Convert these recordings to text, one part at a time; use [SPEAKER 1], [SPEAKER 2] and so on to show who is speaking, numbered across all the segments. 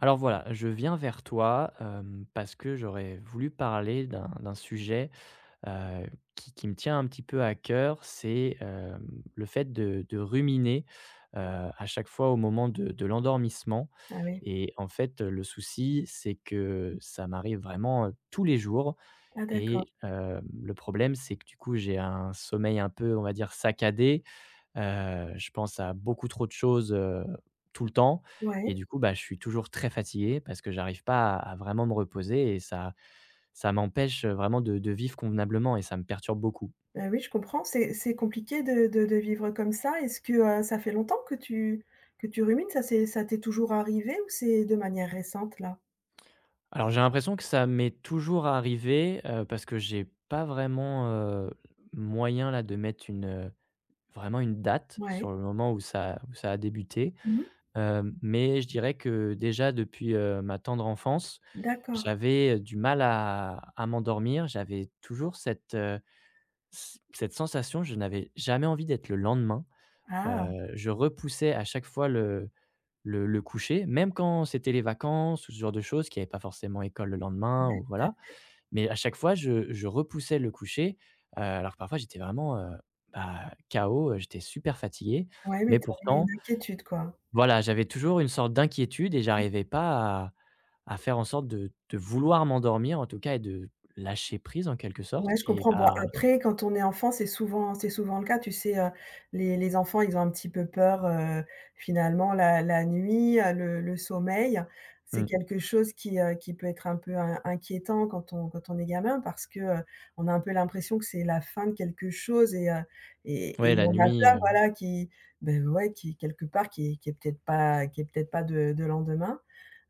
[SPEAKER 1] Alors voilà, je viens vers toi, parce que j'aurais voulu parler d'un sujet, heu, qui me tient un petit peu à cœur. C'est, le fait de ruminer, heu, à chaque fois au moment de l'endormissement
[SPEAKER 2] Ah oui.
[SPEAKER 1] et en fait, le souci, c'est que ça m'arrive vraiment, tous les jours.
[SPEAKER 2] Ah d'accord.
[SPEAKER 1] Et le problème, c'est que du coup, j'ai un sommeil un peu, on va dire, saccadé. Je pense à beaucoup trop de choses, tout le temps. Et
[SPEAKER 2] Ouais.
[SPEAKER 1] du coup, bah, je suis toujours très fatigué parce que j'arrive pas à vraiment me reposer, et ça m'empêche vraiment de vivre convenablement, et ça me perturbe beaucoup.
[SPEAKER 2] Bah, oui, je comprends. C'est compliqué de vivre comme ça. Est-ce que, ça fait longtemps que tu rumines? Ça t'est toujours arrivé ou c'est de manière récente là?
[SPEAKER 1] Alors, j'ai l'impression que ça m'est toujours arrivé, parce que j'ai pas vraiment, moyen là de mettre une, vraiment une date sur
[SPEAKER 2] Ouais.
[SPEAKER 1] le moment où ça a débuté.
[SPEAKER 2] Mmh.
[SPEAKER 1] Mais je dirais que déjà depuis, ma tendre enfance,
[SPEAKER 2] D'accord.
[SPEAKER 1] j'avais, du mal à m'endormir. J'avais toujours cette, c cette sensation, je n'avais jamais envie d'être le lendemain.
[SPEAKER 2] Ah!
[SPEAKER 1] Je repoussais à chaque fois le coucher, même quand c'était les vacances ou ce genre de choses, qu'il y avait pas forcément école le lendemain,
[SPEAKER 2] Ouais,
[SPEAKER 1] ou
[SPEAKER 2] tu
[SPEAKER 1] voilà.
[SPEAKER 2] as
[SPEAKER 1] Mais à chaque fois, je repoussais le coucher, alors que parfois j'étais vraiment, bah, KO, j'étais super fatigué.
[SPEAKER 2] ouais, mais
[SPEAKER 1] Mais
[SPEAKER 2] tu avais une
[SPEAKER 1] pourtant,
[SPEAKER 2] inquiétude quoi.
[SPEAKER 1] voilà, j'avais toujours une sorte d'inquiétude et j'arrivais pas à faire en sorte de vouloir m'endormir, en tout cas, et de lâcher prise, en quelque
[SPEAKER 2] Ouais,
[SPEAKER 1] sorte,
[SPEAKER 2] je
[SPEAKER 1] et
[SPEAKER 2] comprends. Bon,
[SPEAKER 1] bah,
[SPEAKER 2] après, quand on est enfant, c'est souvent le cas. Tu sais, les enfants, ils ont un petit peu peur, finalement, la nuit, le sommeil. C'est
[SPEAKER 1] mmh,
[SPEAKER 2] quelque chose qui peut être un peu in inquiétant quand on est gamin parce que, on a un peu l'impression que c'est la fin de quelque chose et et
[SPEAKER 1] ouais,
[SPEAKER 2] et
[SPEAKER 1] la
[SPEAKER 2] on a
[SPEAKER 1] nuit,
[SPEAKER 2] peur, voilà, qui, ben ouais, qui quelque part, qui est peut-être pas qui est peut-être pas de lendemain.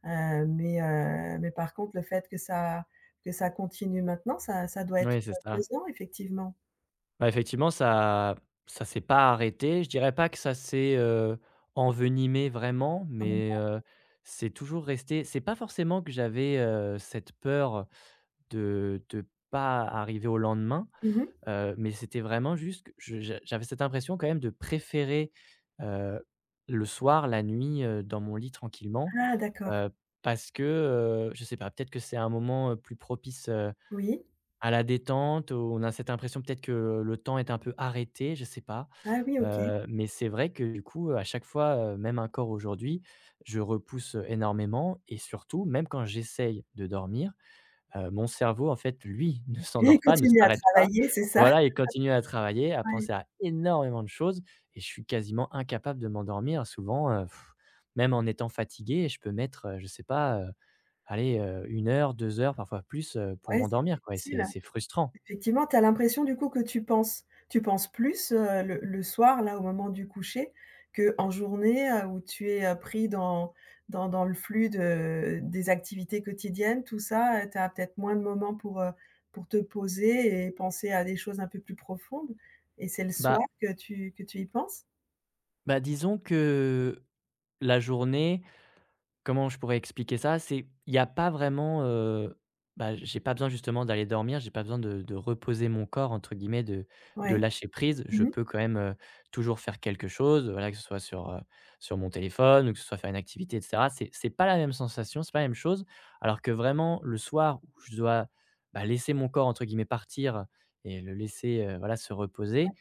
[SPEAKER 2] Mais par contre, le fait que ça continue maintenant, ça doit être,
[SPEAKER 1] ouais, c'est ça.
[SPEAKER 2] pesant effectivement,
[SPEAKER 1] Bah, effectivement, ça s'est pas arrêté. Je dirais pas que ça s'est, envenimé vraiment,
[SPEAKER 2] quand même.
[SPEAKER 1] mais c'est toujours resté. C'est pas forcément que j'avais, cette peur de pas arriver au lendemain.
[SPEAKER 2] Mmh.
[SPEAKER 1] Mais c'était vraiment juste que je j'a j'avais cette impression quand même de préférer, heu, le soir, la nuit, dans mon lit tranquillement,
[SPEAKER 2] Ah d'accord.
[SPEAKER 1] heu, parce que, je sais pas, peut-être que c'est un moment, plus propice,
[SPEAKER 2] Oui.
[SPEAKER 1] à la détente, où on a cette impression peut-être que le temps est un peu arrêté, je sais pas.
[SPEAKER 2] Ah oui, OK.
[SPEAKER 1] Mais c'est vrai que du coup, à chaque fois, même encore aujourd'hui, je repousse énormément, et surtout, même quand j'essaye de dormir, mon cerveau, en fait, lui, ne
[SPEAKER 2] Et
[SPEAKER 1] s'endort pas, ne
[SPEAKER 2] continuer à
[SPEAKER 1] s'arrête pas.
[SPEAKER 2] travailler, c'est ça?
[SPEAKER 1] Voilà, il continue à travailler, à
[SPEAKER 2] Ouais.
[SPEAKER 1] penser à énormément de choses, et je suis quasiment incapable de m'endormir souvent, même en étant fatigué. Je peux mettre, je sais pas, allez, 1 heure, 2 heures, parfois plus, pour
[SPEAKER 2] Ouais, c'est
[SPEAKER 1] m'endormir, quoi, et c'est
[SPEAKER 2] difficile.
[SPEAKER 1] c'est frustrant.
[SPEAKER 2] Effectivement, tu as l'impression du coup que tu penses plus, le soir là, au moment du coucher, qu'en journée, où tu es, pris dans le flux de des activités quotidiennes, tout ça, tu as peut-être moins de moments pour te poser et penser à des choses un peu plus profondes et c'est le
[SPEAKER 1] Bah
[SPEAKER 2] soir que tu y penses?
[SPEAKER 1] bah, disons que la journée, comment je pourrais expliquer ça? C'est, il y a pas vraiment, bah, j'ai pas besoin justement d'aller dormir, j'ai pas besoin de «reposer mon corps» entre guillemets, de
[SPEAKER 2] Ouais.
[SPEAKER 1] lâcher prise. Je
[SPEAKER 2] Mmh.
[SPEAKER 1] peux quand même, toujours faire quelque chose, voilà, que ce soit sur mon téléphone, ou que ce soit faire une activité, et cetera. C'est pas la même sensation, c'est pas la même chose, alors que vraiment le soir où je dois, bah, laisser mon corps entre guillemets «partir» et le laisser, voilà, se reposer,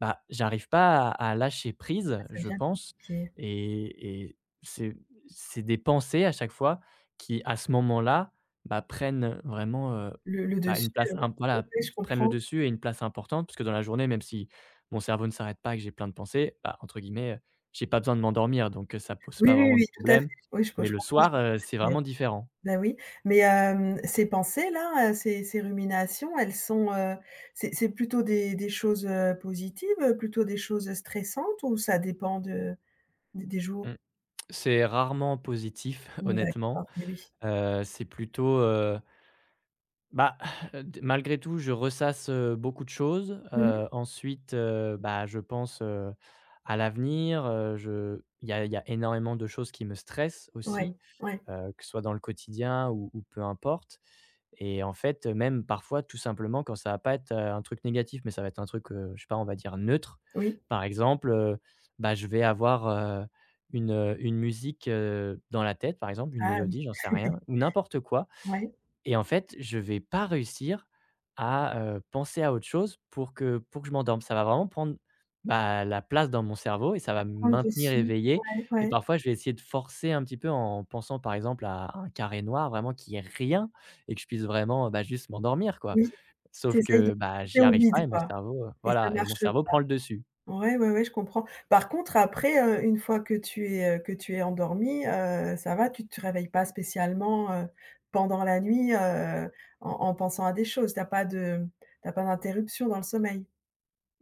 [SPEAKER 1] bah, j'arrive pas à lâcher
[SPEAKER 2] Ah,
[SPEAKER 1] prise,
[SPEAKER 2] ça
[SPEAKER 1] je
[SPEAKER 2] devient
[SPEAKER 1] pense.
[SPEAKER 2] compliqué.
[SPEAKER 1] Et c'est des pensées à chaque fois qui, à ce moment-là, bah, prennent vraiment,
[SPEAKER 2] Le le
[SPEAKER 1] bah,
[SPEAKER 2] dessus,
[SPEAKER 1] une place imp voilà,
[SPEAKER 2] oui, je
[SPEAKER 1] prennent le
[SPEAKER 2] comprends.
[SPEAKER 1] dessus et une place importante, parce que dans la journée, même si mon cerveau ne s'arrête pas et que j'ai plein de pensées, bah, entre guillemets, j'ai pas besoin de m'endormir, donc ça pose
[SPEAKER 2] Oui,
[SPEAKER 1] pas
[SPEAKER 2] oui,
[SPEAKER 1] vraiment de
[SPEAKER 2] oui, tout à fait.
[SPEAKER 1] problème.
[SPEAKER 2] Oui, je
[SPEAKER 1] Mais
[SPEAKER 2] je
[SPEAKER 1] le
[SPEAKER 2] comprends ce
[SPEAKER 1] soir,
[SPEAKER 2] que tu
[SPEAKER 1] c'est
[SPEAKER 2] veux dire.
[SPEAKER 1] vraiment différent.
[SPEAKER 2] Bah, oui, mais ces pensées-là, ces ruminations, elles sont, c'est plutôt des choses, positives, plutôt des choses stressantes ou ça dépend de d des jours?
[SPEAKER 1] Mmh. C'est rarement positif,
[SPEAKER 2] Mmh,
[SPEAKER 1] honnêtement,
[SPEAKER 2] d'accord, et oui.
[SPEAKER 1] c'est plutôt, Bah, d malgré tout, je ressasse, beaucoup de choses.
[SPEAKER 2] Mmh.
[SPEAKER 1] Ensuite, bah, je pense, à l'avenir, je il y a énormément de choses qui me stressent aussi,
[SPEAKER 2] Ouais, ouais,
[SPEAKER 1] que ce soit dans le quotidien ou peu importe. Et en fait, même parfois, tout simplement, quand ça va pas être, un truc négatif, mais ça va être un truc, je sais pas, on va dire neutre.
[SPEAKER 2] oui.
[SPEAKER 1] Par exemple, bah, je vais avoir, une musique, dans la tête, par exemple, une
[SPEAKER 2] Ah oui.
[SPEAKER 1] mélodie, j'en sais rien, ou n'importe quoi.
[SPEAKER 2] Ouais,
[SPEAKER 1] Et en fait, je vais pas réussir à, penser à autre chose pour que je m'endorme. Ça va vraiment prendre, bah, la place dans mon cerveau, et ça va me
[SPEAKER 2] prendre
[SPEAKER 1] maintenir
[SPEAKER 2] dessus.
[SPEAKER 1] éveillé.
[SPEAKER 2] Ouais,
[SPEAKER 1] Et
[SPEAKER 2] ouais.
[SPEAKER 1] parfois, je vais essayer de forcer un petit peu, en pensant, par exemple, à un carré noir vraiment, qui est rien, et que je puisse vraiment, bah, juste m'endormir, quoi.
[SPEAKER 2] Oui, tu
[SPEAKER 1] Sauf
[SPEAKER 2] de
[SPEAKER 1] que, bah,
[SPEAKER 2] passer
[SPEAKER 1] j'y
[SPEAKER 2] au
[SPEAKER 1] arrive pas,
[SPEAKER 2] vide,
[SPEAKER 1] et mon
[SPEAKER 2] quoi
[SPEAKER 1] cerveau,
[SPEAKER 2] et ça
[SPEAKER 1] voilà, et mon
[SPEAKER 2] marche.
[SPEAKER 1] cerveau prend le dessus.
[SPEAKER 2] Ouais, ouais, ouais, je comprends. Par contre, après, une fois que tu es endormie, ça va, tu te réveilles pas spécialement, pendant la nuit, en en pensant à des choses. Tu as pas d'interruption dans le sommeil?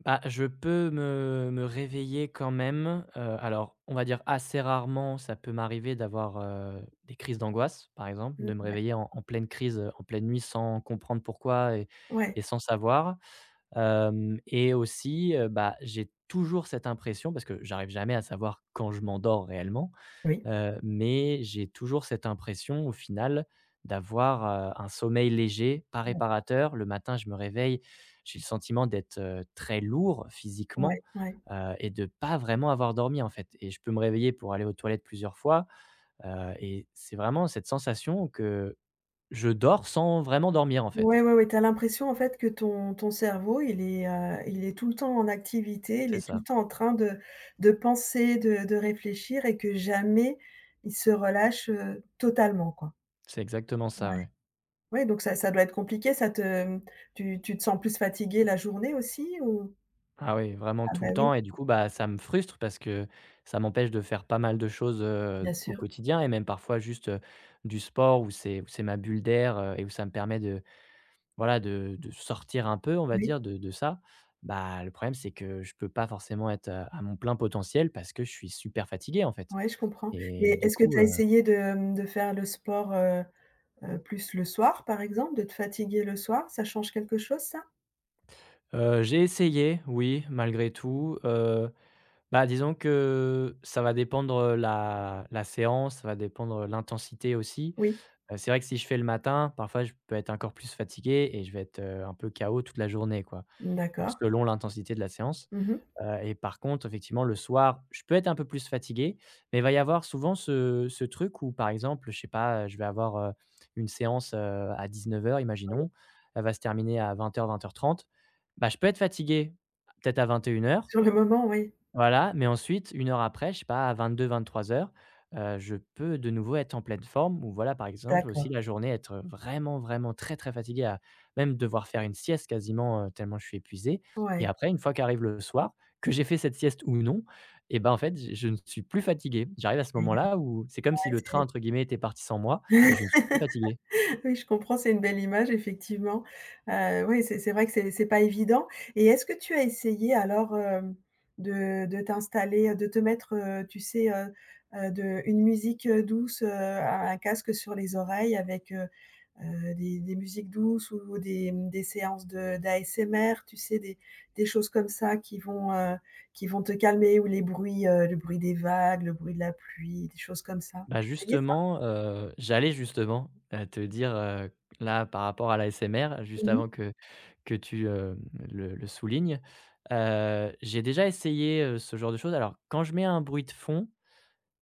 [SPEAKER 1] Bah, je peux me réveiller quand même, alors, on va dire assez rarement. Ça peut m'arriver d'avoir, des crises d'angoisse, par exemple,
[SPEAKER 2] Mmh,
[SPEAKER 1] de me réveiller
[SPEAKER 2] d'acc
[SPEAKER 1] en pleine crise, en pleine nuit, sans comprendre pourquoi, et
[SPEAKER 2] ouais.
[SPEAKER 1] sans savoir, hem et aussi, bah, j'ai toujours cette impression, parce que j'arrive jamais à savoir quand je m'endors réellement.
[SPEAKER 2] Oui.
[SPEAKER 1] Mais j'ai toujours cette impression au final d'avoir, un sommeil léger, pas
[SPEAKER 2] Ouais.
[SPEAKER 1] réparateur. Le matin, je me réveille, j'ai le sentiment d'être, très lourd
[SPEAKER 2] Ouais,
[SPEAKER 1] physiquement,
[SPEAKER 2] ouais.
[SPEAKER 1] et de pas vraiment avoir dormi, en fait. Et je peux me réveiller pour aller aux toilettes plusieurs fois, et c'est vraiment cette sensation que je dors sans vraiment dormir, en fait.
[SPEAKER 2] Ouais, ouais, ouais, tu as l'impression, en fait, que ton cerveau, il est tout le temps en activité, il
[SPEAKER 1] C'est
[SPEAKER 2] est tout
[SPEAKER 1] ça,
[SPEAKER 2] le temps en train de penser, de réfléchir et que jamais il se relâche, totalement, quoi.
[SPEAKER 1] c'est exactement
[SPEAKER 2] Ouais.
[SPEAKER 1] ça, ouais.
[SPEAKER 2] Ouais, donc ça doit être compliqué, ça te tu te sens plus fatigué la journée aussi ou?
[SPEAKER 1] Ah oui, vraiment
[SPEAKER 2] Ah
[SPEAKER 1] tout
[SPEAKER 2] bah
[SPEAKER 1] le
[SPEAKER 2] oui,
[SPEAKER 1] temps, et du coup, bah, ça me frustre, parce que ça m'empêche de faire pas mal de choses,
[SPEAKER 2] bien
[SPEAKER 1] au
[SPEAKER 2] sûr.
[SPEAKER 1] quotidien, et même parfois juste, du sport, où c'est ma bulle d'air, et où ça me permet de voilà, de sortir un peu, on va
[SPEAKER 2] Oui,
[SPEAKER 1] dire, de ça. Bah, le problème, c'est que je peux pas forcément être, à mon plein potentiel, parce que je suis super fatigué, en fait.
[SPEAKER 2] ouais, je comprends,
[SPEAKER 1] Et
[SPEAKER 2] et
[SPEAKER 1] du
[SPEAKER 2] est-ce que
[SPEAKER 1] coup,
[SPEAKER 2] tu as essayé de faire le sport, plus le soir, par exemple, de te fatiguer le soir? Ça change quelque chose ça?
[SPEAKER 1] j'ai essayé, oui, malgré tout, bah, disons que ça va dépendre, la séance, ça va dépendre, l'intensité aussi.
[SPEAKER 2] Oui,
[SPEAKER 1] C'est vrai que si je fais le matin, parfois je peux être encore plus fatigué, et je vais être, un peu KO toute la journée, quoi,
[SPEAKER 2] d'accord.
[SPEAKER 1] selon l'intensité de la séance.
[SPEAKER 2] Mmh.
[SPEAKER 1] Et par contre, effectivement, le soir, je peux être un peu plus fatigué, mais il va y avoir souvent ce truc où, par exemple, je sais pas, je vais avoir, une séance, à 19 heures, imaginons. Elle va se terminer à 20:00-20:30. Bah, je peux être fatigué peut-être à 21:00,
[SPEAKER 2] Sur le moment, oui.
[SPEAKER 1] voilà, mais ensuite 1 heure après, je sais pas, à 22-23:00, je peux de nouveau être en pleine forme. Ou voilà, par exemple, aussi,
[SPEAKER 2] D'accord.
[SPEAKER 1] la journée, être, vraiment, vraiment très, très fatigué, à même devoir faire une sieste quasiment, tellement je suis épuisé. Et
[SPEAKER 2] Ouais.
[SPEAKER 1] après, une fois qu'arrive le soir, que j'ai fait cette sieste ou non, et ben, en fait, je ne suis plus fatigué. J'arrive à ce
[SPEAKER 2] Aïe aïe
[SPEAKER 1] moment-là où c'est comme si le
[SPEAKER 2] aïe,
[SPEAKER 1] train,
[SPEAKER 2] ouais,
[SPEAKER 1] entre guillemets, était parti sans moi, et je ne
[SPEAKER 2] c'est
[SPEAKER 1] suis plus fatigué.
[SPEAKER 2] oui, je comprends, c'est une belle image effectivement. Oui, c'est vrai que c'est pas évident et est-ce que tu as essayé alors, de t'installer, de te mettre, tu sais, de une musique, douce, un casque sur les oreilles avec, des musiques douces ou des, des séances de d'ASMR, tu sais, des choses comme ça qui vont te calmer ou les bruits, le bruit des vagues, le bruit de la pluie, des choses comme ça.
[SPEAKER 1] Bah,
[SPEAKER 2] Tu essayé ça?
[SPEAKER 1] justement, j'allais justement, te dire, là, par rapport à la l'ASMR, juste
[SPEAKER 2] Mmh.
[SPEAKER 1] avant que tu, le soulignes. J'ai déjà essayé, ce genre de choses. Alors, quand je mets un bruit de fond,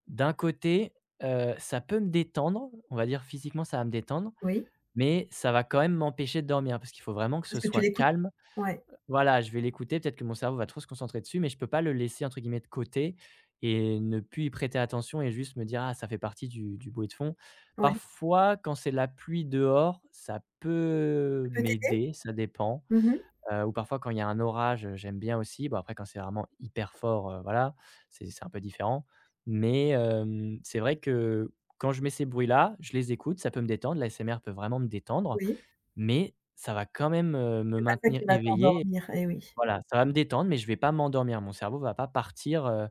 [SPEAKER 1] d'un côté, ça peut me détendre, on va dire physiquement ça va me détendre,
[SPEAKER 2] Oui.
[SPEAKER 1] mais ça va quand même m'empêcher de dormir, parce qu'il faut vraiment que ce
[SPEAKER 2] Parce que tu
[SPEAKER 1] soit
[SPEAKER 2] l'écoutes?
[SPEAKER 1] calme.
[SPEAKER 2] Ouais,
[SPEAKER 1] Voilà, je vais l'écouter, peut-être que mon cerveau va trop se concentrer dessus, mais je peux pas le laisser, entre guillemets, «de côté» et ne plus y prêter attention, et juste me dire: «Ah, ça fait partie du bruit de fond».
[SPEAKER 2] ouais.
[SPEAKER 1] Parfois, quand c'est la pluie dehors, ça peut
[SPEAKER 2] Peut t'aider?
[SPEAKER 1] m'aider, ça dépend,
[SPEAKER 2] Mmh mh.
[SPEAKER 1] ou parfois, quand il y a un orage, j'aime bien aussi. Bon, après, quand c'est vraiment hyper fort, voilà, c'est un peu différent. Mais c'est vrai que quand je mets ces bruits-là, je les écoute, ça peut me détendre. La l'ASMR peut vraiment me détendre,
[SPEAKER 2] Oui,
[SPEAKER 1] mais ça va quand même, me
[SPEAKER 2] c'est pas ça
[SPEAKER 1] maintenir
[SPEAKER 2] qui va
[SPEAKER 1] éveillé.
[SPEAKER 2] t'endormir, eh oui.
[SPEAKER 1] Voilà, ça va me détendre, mais je vais pas m'endormir. Mon cerveau va pas partir,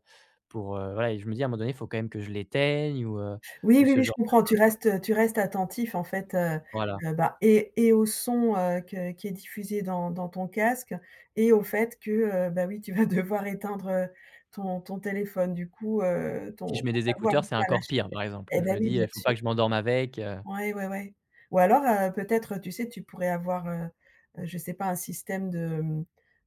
[SPEAKER 1] pour, voilà, et je me dis, à un moment donné, il faut quand même que je l'éteigne,
[SPEAKER 2] Oui,
[SPEAKER 1] ou
[SPEAKER 2] oui,
[SPEAKER 1] ce
[SPEAKER 2] oui, je
[SPEAKER 1] genre,
[SPEAKER 2] comprends, tu restes attentif en fait,
[SPEAKER 1] voilà.
[SPEAKER 2] bah et au son, que qui est diffusé dans dans ton casque et au fait que, bah oui, tu vas devoir éteindre, ton téléphone. Du coup,
[SPEAKER 1] Si je
[SPEAKER 2] ton
[SPEAKER 1] mets
[SPEAKER 2] ton
[SPEAKER 1] des
[SPEAKER 2] cerveau
[SPEAKER 1] écouteurs,
[SPEAKER 2] arrive
[SPEAKER 1] c'est
[SPEAKER 2] pas à
[SPEAKER 1] encore
[SPEAKER 2] lâcher.
[SPEAKER 1] pire, par exemple.
[SPEAKER 2] Eh
[SPEAKER 1] Je
[SPEAKER 2] bah
[SPEAKER 1] me
[SPEAKER 2] oui,
[SPEAKER 1] dis,
[SPEAKER 2] bien
[SPEAKER 1] il «Faut pas
[SPEAKER 2] sûr.
[SPEAKER 1] que je m'endorme avec».
[SPEAKER 2] Ouais, ouais, ouais. Ou alors, peut-être, tu sais, tu pourrais avoir, je sais pas, un système de,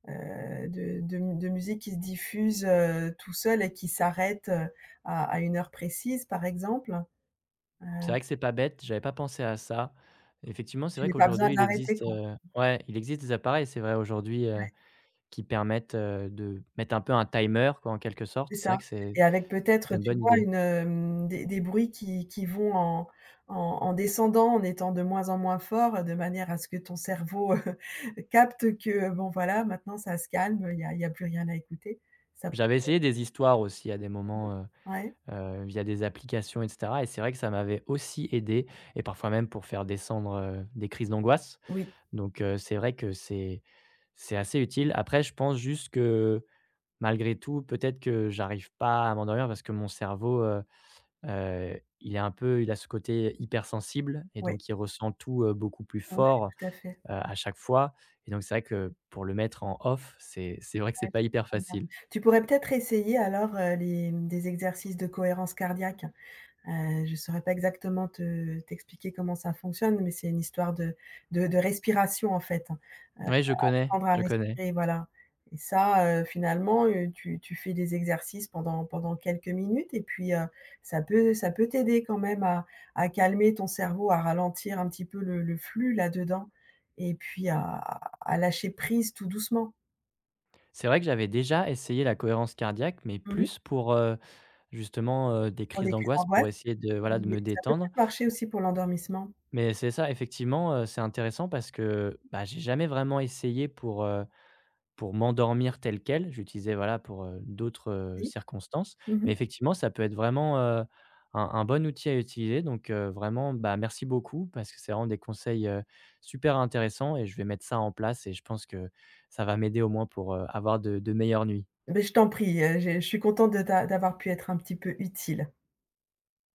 [SPEAKER 2] de mu de musique qui se diffuse, tout seul et qui s'arrête, à une heure précise, par exemple. Heu,
[SPEAKER 1] C'est vrai que c'est pas bête, j'avais pas pensé à ça. Effectivement, c'est
[SPEAKER 2] tu
[SPEAKER 1] vrai
[SPEAKER 2] n'as pas besoin
[SPEAKER 1] qu'aujourd'hui, il
[SPEAKER 2] d'arrêter
[SPEAKER 1] existe,
[SPEAKER 2] quoi.
[SPEAKER 1] ouais, il existe des appareils, c'est vrai aujourd'hui, qui permettent, de mettre un peu un timer, quoi, en quelque sorte.
[SPEAKER 2] C'est
[SPEAKER 1] C'est
[SPEAKER 2] ça.
[SPEAKER 1] vrai que c'est
[SPEAKER 2] Et avec
[SPEAKER 1] c'est
[SPEAKER 2] peut-être,
[SPEAKER 1] une
[SPEAKER 2] tu
[SPEAKER 1] bonne
[SPEAKER 2] vois,
[SPEAKER 1] idée.
[SPEAKER 2] une, des bruits qui vont en en descendant, en étant de moins en moins forts, de manière à ce que ton cerveau, capte que, bon, voilà, maintenant ça se calme, il y a plus rien à écouter. Ça.
[SPEAKER 1] J'avais essayé des histoires aussi à des
[SPEAKER 2] Mmh.
[SPEAKER 1] moments,
[SPEAKER 2] Ouais.
[SPEAKER 1] via des applications, et cetera, et c'est vrai que ça m'avait aussi aidé, et parfois même pour faire descendre, des crises d'angoisse.
[SPEAKER 2] Oui,
[SPEAKER 1] Donc c'est vrai que c'est assez utile. Après, je pense juste que, malgré tout, peut-être que j'arrive pas à m'endormir parce que mon cerveau, il est un peu il a ce côté hypersensible, et
[SPEAKER 2] oui,
[SPEAKER 1] donc il ressent tout, beaucoup plus
[SPEAKER 2] ouais,
[SPEAKER 1] fort,
[SPEAKER 2] tout à fait.
[SPEAKER 1] à chaque fois, et donc c'est vrai que pour le mettre en off, c'est vrai que c'est
[SPEAKER 2] Ouais, je
[SPEAKER 1] pas hyper
[SPEAKER 2] comprends bien.
[SPEAKER 1] facile.
[SPEAKER 2] Tu pourrais peut-être essayer alors, les des exercices de cohérence cardiaque. Je ne saurais pas exactement te t'expliquer comment ça fonctionne, mais c'est une histoire de de respiration en fait.
[SPEAKER 1] Ouais, je connais,
[SPEAKER 2] Apprendre à
[SPEAKER 1] je connais.
[SPEAKER 2] respirer, voilà et ça, finalement, tu fais des exercices pendant pendant quelques minutes et puis, ça peut t'aider quand même à calmer ton cerveau, à ralentir un petit peu le flux là-dedans et puis à lâcher prise tout doucement.
[SPEAKER 1] C'est vrai que j'avais déjà essayé la cohérence cardiaque, mais
[SPEAKER 2] Mmh mh.
[SPEAKER 1] plus pour, justement, des
[SPEAKER 2] Pour
[SPEAKER 1] crises
[SPEAKER 2] les crises
[SPEAKER 1] d'angoisse, pour
[SPEAKER 2] d'angoisse,
[SPEAKER 1] essayer de, voilà, de
[SPEAKER 2] mais
[SPEAKER 1] me
[SPEAKER 2] ça peut
[SPEAKER 1] détendre.
[SPEAKER 2] peut-être marcher aussi pour l'endormissement.
[SPEAKER 1] Mais c'est ça, effectivement, c'est intéressant, parce que, bah, j'ai jamais vraiment essayé pour, pour, m'endormir tel quel. J'utilisais, voilà, pour, d'autres,
[SPEAKER 2] Oui.
[SPEAKER 1] circonstances.
[SPEAKER 2] Mmh mh.
[SPEAKER 1] Mais effectivement, ça peut être vraiment, un bon outil à utiliser. Donc, vraiment, bah, merci beaucoup, parce que c'est vraiment des conseils, super intéressants, et je vais mettre ça en place, et je pense que ça va m'aider au moins pour, avoir de meilleures nuits.
[SPEAKER 2] Beh, je t'en prie, j'ai je suis contente de t'a d'avoir pu être un petit peu utile.